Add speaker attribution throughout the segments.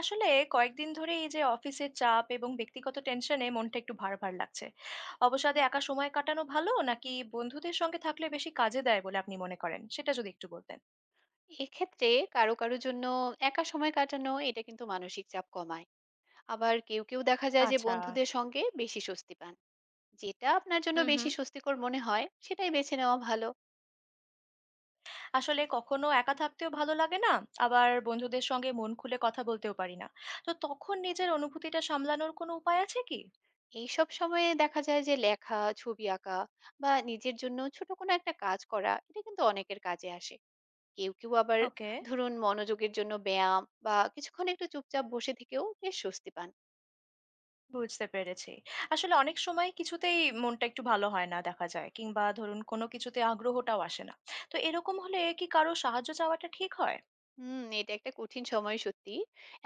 Speaker 1: আসলে কয়েকদিন ধরে এই যে অফিসের চাপ এবং ব্যক্তিগত টেনশনে মনটা একটু ভার ভার লাগছে। অবসাদে একা সময় কাটানো ভালো নাকি বন্ধুদের সঙ্গে থাকলে বেশি কাজে দেয় বলে আপনি মনে করেন, সেটা যদি একটু বলতেন।
Speaker 2: এক্ষেত্রে কারো জন্য একা সময় কাটানো এটা কিন্তু মানসিক চাপ কমায়। আবার কেউ দেখা যায় যে
Speaker 1: আচ্ছা।
Speaker 2: বন্ধুদের সঙ্গে বেশি স্বস্তি পান। যেটা আপনার জন্য
Speaker 1: হুম, হুম।
Speaker 2: বেশি স্বস্তিকর মনে হয় সেটাই বেছে নেওয়া ভালো।
Speaker 1: আসলে কখনো একা থাকতেও ভালো লাগে না, আবার বন্ধুদের সঙ্গে মন খুলে কথা বলতেও পারি না। তো তখন নিজের অনুভূতিটা সামলানোর কোনো উপায় আছে কি?
Speaker 2: এইসব সময়ে দেখা যায় যে লেখা, ছবি আঁকা বা নিজের জন্য ছোট কোনো একটা কাজ করা এটা কিন্তু অনেকের কাজে আসে। কেউ আবার
Speaker 1: ওকে।
Speaker 2: ধরুন মনোযোগের জন্য ব্যায়াম বা কিছুক্ষণ একটু চুপচাপ বসে থেকেও বেশ স্বস্তি পান।
Speaker 1: বুঝতে পেরেছি। আসলে অনেক সময় কিছুতেই মনটা একটু ভালো হয় না দেখা যায়, কিংবা ধরুন কোনো কিছুতে আগ্রহটাও আসে না। তো এরকম হলে কি কারো সাহায্য চাওয়াটা ঠিক হয়?
Speaker 2: হুম, এটা একটা কঠিন সময় সত্যি।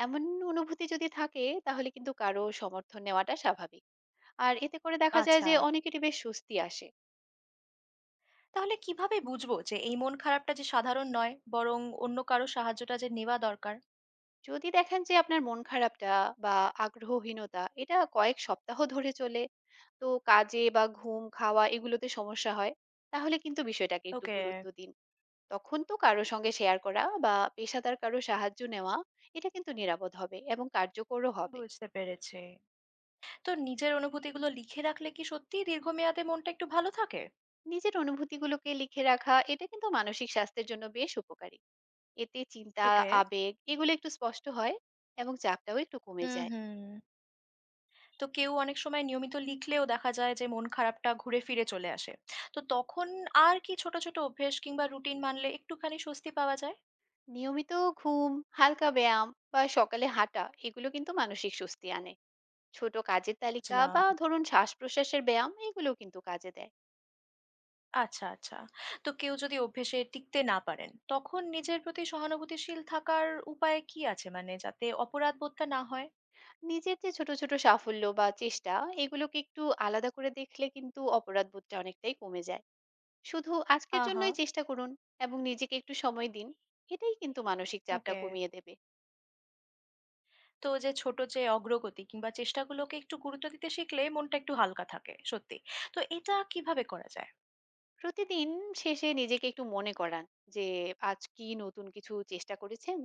Speaker 2: এমন অনুভূতি যদি থাকে তাহলে কিন্তু কারো সমর্থন নেওয়াটা স্বাভাবিক। আর এতে করে দেখা যায়
Speaker 1: আচ্ছা।
Speaker 2: যে অনেকেরই বেশ স্বস্তি আসে।
Speaker 1: তাহলে কিভাবে বুঝবো যে এই মন খারাপটা যে সাধারণ নয়, বরং অন্য কারো সাহায্যটা যে নেওয়া দরকার?
Speaker 2: যদি দেখেন যে আপনার মন খারাপটা বা আগ্রহহীনতা এটা কয়েক সপ্তাহ ধরে চলে, তো কাজে বা ঘুম, খাওয়া এগুলোতে সমস্যা হয়, তাহলে কিন্তু বিষয়টাকে একটু
Speaker 1: ওকে,
Speaker 2: গুরুত্ব দিন। তখন তো কারো সঙ্গে শেয়ার করা বা পেশাদার কারো সাহায্য নেওয়া এটা কিন্তু নিরাপদ হবে এবং কার্যকরও হবে।
Speaker 1: বুঝতে পেরেছি। তো নিজের অনুভূতিগুলো লিখে রাখলে কি সত্যিই দীর্ঘমেয়াদে মনটা একটু ভালো থাকে?
Speaker 2: নিজের অনুভূতিগুলোকে লিখে রাখা এটা কিন্তু মানসিক স্বাস্থ্যের জন্য বেশ উপকারী, এতে চিন্তা,
Speaker 1: ওকে।
Speaker 2: আবেগ এগুলো একটু স্পষ্ট হয় এবং চাপটাও একটু কমে
Speaker 1: হুম,
Speaker 2: যায়।
Speaker 1: হুম। তো কেউ অনেক সময় নিয়মিত লিখলেও দেখা যায় যে মন খারাপটা ঘুরে ফিরে চলে আসে। তো তখন আর কি ছোট, ছোট অভ্যেস কিংবা রুটিন মানলে একটুখানি স্বস্তি পাওয়া যায়?
Speaker 2: নিয়মিত ঘুম, হালকা ব্যায়াম বা সকালে হাঁটা এগুলো কিন্তু মানসিক স্বস্তি আনে। ছোট কাজের তালিকা
Speaker 1: বুঝলাম।
Speaker 2: বা ধরুন শ্বাস প্রশ্বাসের ব্যায়াম এগুলো কিন্তু কাজে দেয়।
Speaker 1: আচ্ছা, আচ্ছা। তো কেউ যদি অভ্যেসে টিকতে না পারেন, তখন নিজের প্রতি সহানুভূতিশীল থাকার উপায় কি আছে? মানে যাতে অপরাধ বোধটা না হয়?
Speaker 2: নিজের যে ছোট ছোট সাফল্য বা চেষ্টা এগুলোকে একটু আলাদা করে দেখলে কিন্তু অপরাধ বোধটা অনেকটাই কমে যায়। শুধু আজকের
Speaker 1: আহা!
Speaker 2: জন্যই চেষ্টা করুন এবং নিজেকে একটু সময় দিন, এটাই কিন্তু মানসিক চাপটা
Speaker 1: ওকে।
Speaker 2: কমিয়ে দেবে।
Speaker 1: তো যে ছোট যে অগ্রগতি কিংবা চেষ্টাগুলোকে একটু গুরুত্ব দিতে শিখলে মনটা একটু হালকা থাকে, সত্যি। তো এটা কিভাবে করা যায়?
Speaker 2: প্রতিদিন শেষে নিজেকে একটু মনে করান যে আজ কি নতুন কিছু চেষ্টা করেছেন,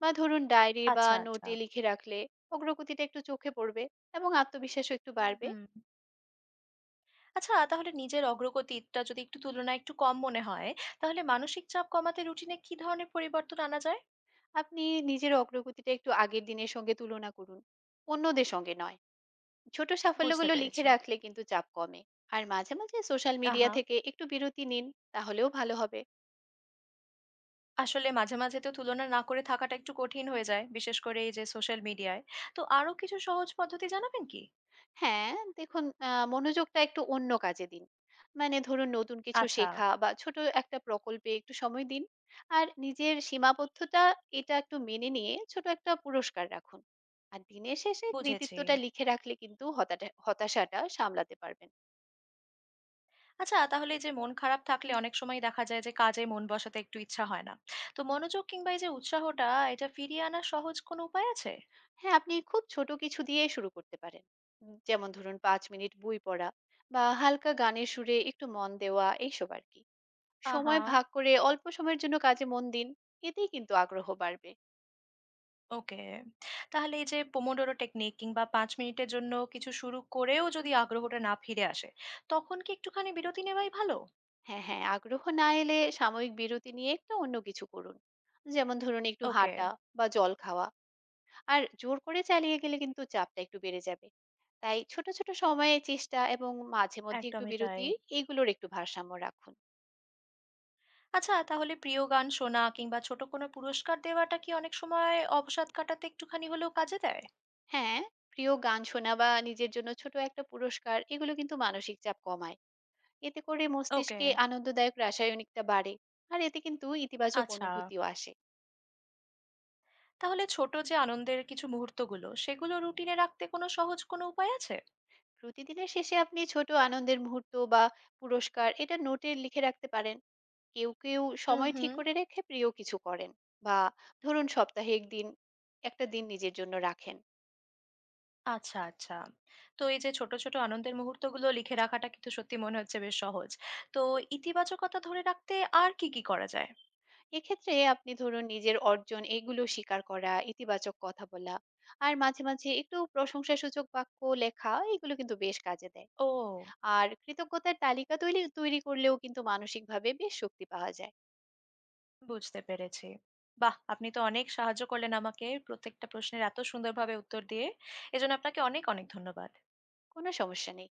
Speaker 2: বা ধরুন ডায়েরি বা
Speaker 1: আচ্ছা, আচ্ছা।
Speaker 2: নোটে লিখে রাখলে অগ্রগতিটা একটু চোখে পড়বে এবং আত্মবিশ্বাসও একটু
Speaker 1: হুম,
Speaker 2: বাড়বে।
Speaker 1: হুম। আচ্ছা, তাহলে নিজের অগ্রগতিটা যদি একটু তুলনায় একটু কম মনে হয়, তাহলে মানসিক চাপ কমাতে রুটিনে কি ধরনের পরিবর্তন আনা যায়?
Speaker 2: আপনি নিজের অগ্রগতিটা একটু আগের দিনের সঙ্গে তুলনা করুন, অন্যদের সঙ্গে নয়। ছোট
Speaker 1: বুঝতে
Speaker 2: সাফল্যগুলো লিখে
Speaker 1: পেরেছি।
Speaker 2: রাখলে কিন্তু চাপ কমে। আর মাঝে মাঝে সোশ্যাল মিডিয়া
Speaker 1: আহা।
Speaker 2: থেকে একটু বিরতি নিন, তাহলেও ভালো হবে।
Speaker 1: আসলে মাঝে মাঝে তো তুলনা না করে থাকাটা একটু কঠিন হয়ে যায়, বিশেষ করে এই যে সোশ্যাল মিডিয়ায়। তো আরো কিছু সহজ পদ্ধতি জানাবেন কি?
Speaker 2: হ্যাঁ, দেখুন মনোযোগটা একটু অন্য কাজে দিন। মানে ধরুন নতুন কিছু
Speaker 1: আচ্ছা।
Speaker 2: শেখা বা ছোট একটা প্রকল্পে একটু সময় দিন। আর নিজের সীমাবদ্ধতা এটা একটু মেনে নিয়ে ছোট একটা পুরস্কার রাখুন। আর দিনের শেষে
Speaker 1: বুঝেছি।
Speaker 2: কৃতিত্বটা লিখে রাখলে কিন্তু হতাশাটা সামলাতে পারবেন।
Speaker 1: আচ্ছা, তাহলে এই যে মন খারাপ থাকলে অনেক সময় দেখা যায় যে কাজে মন বসাতে একটু ইচ্ছা হয় না। তো মনোযোগ কিংবা এই যে উৎসাহটা, এটা ফিরিয়ে আনার সহজ কোনো উপায় আছে?
Speaker 2: হ্যাঁ, আপনি খুব ছোট কিছু দিয়ে শুরু করতে পারেন। যেমন ধরুন ৫ মিনিট বই পড়া বা হালকা গানের সুরে একটু মন দেওয়া এইসব আরকি।
Speaker 1: আহা।
Speaker 2: সময় ভাগ করে অল্প সময়ের জন্য কাজে মন দিন। এতেই কিন্তু আগ্রহ বাড়বে।
Speaker 1: ওকে। তাহলে এই যে পোমোডোরো টেকনিক কিংবা ৫ মিনিটের জন্য কিছু শুরু করেও যদি আগ্রহটা না ফিরে আসে, তখন কি একটুখানি বিরতি নেওয়াই ভালো?
Speaker 2: হ্যাঁ, হ্যাঁ। আগ্রহ না এলে সাময়িক বিরতি নিয়ে একটু অন্য কিছু করুন। যেমন ধরুন একটু
Speaker 1: ওকে,
Speaker 2: হাঁটা বা জল খাওয়া। আর জোর করে চালিয়ে গেলে কিন্তু চাপটা একটু বেড়ে যাবে। তাই ছোট, ছোট সময়ে চেষ্টা এবং মাঝে মধ্যে একটু
Speaker 1: একদমই তাই।
Speaker 2: বিরতি এগুলোর একটু ভারসাম্য রাখুন।
Speaker 1: আচ্ছা, তাহলে প্রিয় গান শোনা কিংবা ছোট কোনো পুরস্কার দেওয়াটা কি অনেক সময় অবসাদ কাটাতে একটুখানি হলেও কাজে দেয়?
Speaker 2: হ্যাঁ, প্রিয় গান শোনা বা নিজের জন্য ছোট একটা পুরস্কার এগুলো কিন্তু মানসিক চাপ কমায়। এতে করে
Speaker 1: ওকে,
Speaker 2: মস্তিষ্কে আনন্দদায়ক রাসায়নিকটা বাড়ে। আর এতে কিন্তু ইতিবাচক
Speaker 1: আচ্ছা।
Speaker 2: অনুভূতিও আসে।
Speaker 1: তাহলে ছোট যে আনন্দের কিছু মুহূর্তগুলো, সেগুলো রুটিনে রাখতে কোনো সহজ কোনো উপায় আছে?
Speaker 2: প্রতিদিনের শেষে আপনি ছোট আনন্দের মুহূর্ত বা পুরস্কার এটা নোটে লিখে রাখতে পারেন। কেউ কেউ
Speaker 1: উম
Speaker 2: সময়
Speaker 1: হুম।
Speaker 2: ঠিক করে রেখে প্রিয় কিছু করেন, বা ধরুন সপ্তাহে একদিন একটা দিন নিজের জন্য রাখেন।
Speaker 1: আচ্ছা, আচ্ছা। তো এই যে ছোট, ছোট আনন্দের মুহূর্তগুলো লিখে রাখাটা কিন্তু সত্যি মনে হচ্ছে বেশ সহজ। তো ইতিবাচকতা ধরে রাখতে আর কি, কি করা যায়?
Speaker 2: এক্ষেত্রে আপনি ধরুন নিজের অর্জন এগুলো স্বীকার করা, ইতিবাচক কথা বলা, আর মাঝে মাঝে একটু প্রশংসাসূচক বাক্য লেখা এগুলো কিন্তু বেশ কাজে দেয়।
Speaker 1: ও!
Speaker 2: আর কৃতজ্ঞতার তালিকা তৈরি তৈরি করলেও কিন্তু মানসিকভাবে বেশ শক্তি পাওয়া যায়।
Speaker 1: বুঝতে পেরেছি। বাহ! আপনি তো অনেক সাহায্য করলেন আমাকে প্রত্যেকটা প্রশ্নের এত সুন্দরভাবে উত্তর দিয়ে। এজন্য আপনাকে অনেক, অনেক ধন্যবাদ।
Speaker 2: কোনো সমস্যা নেই।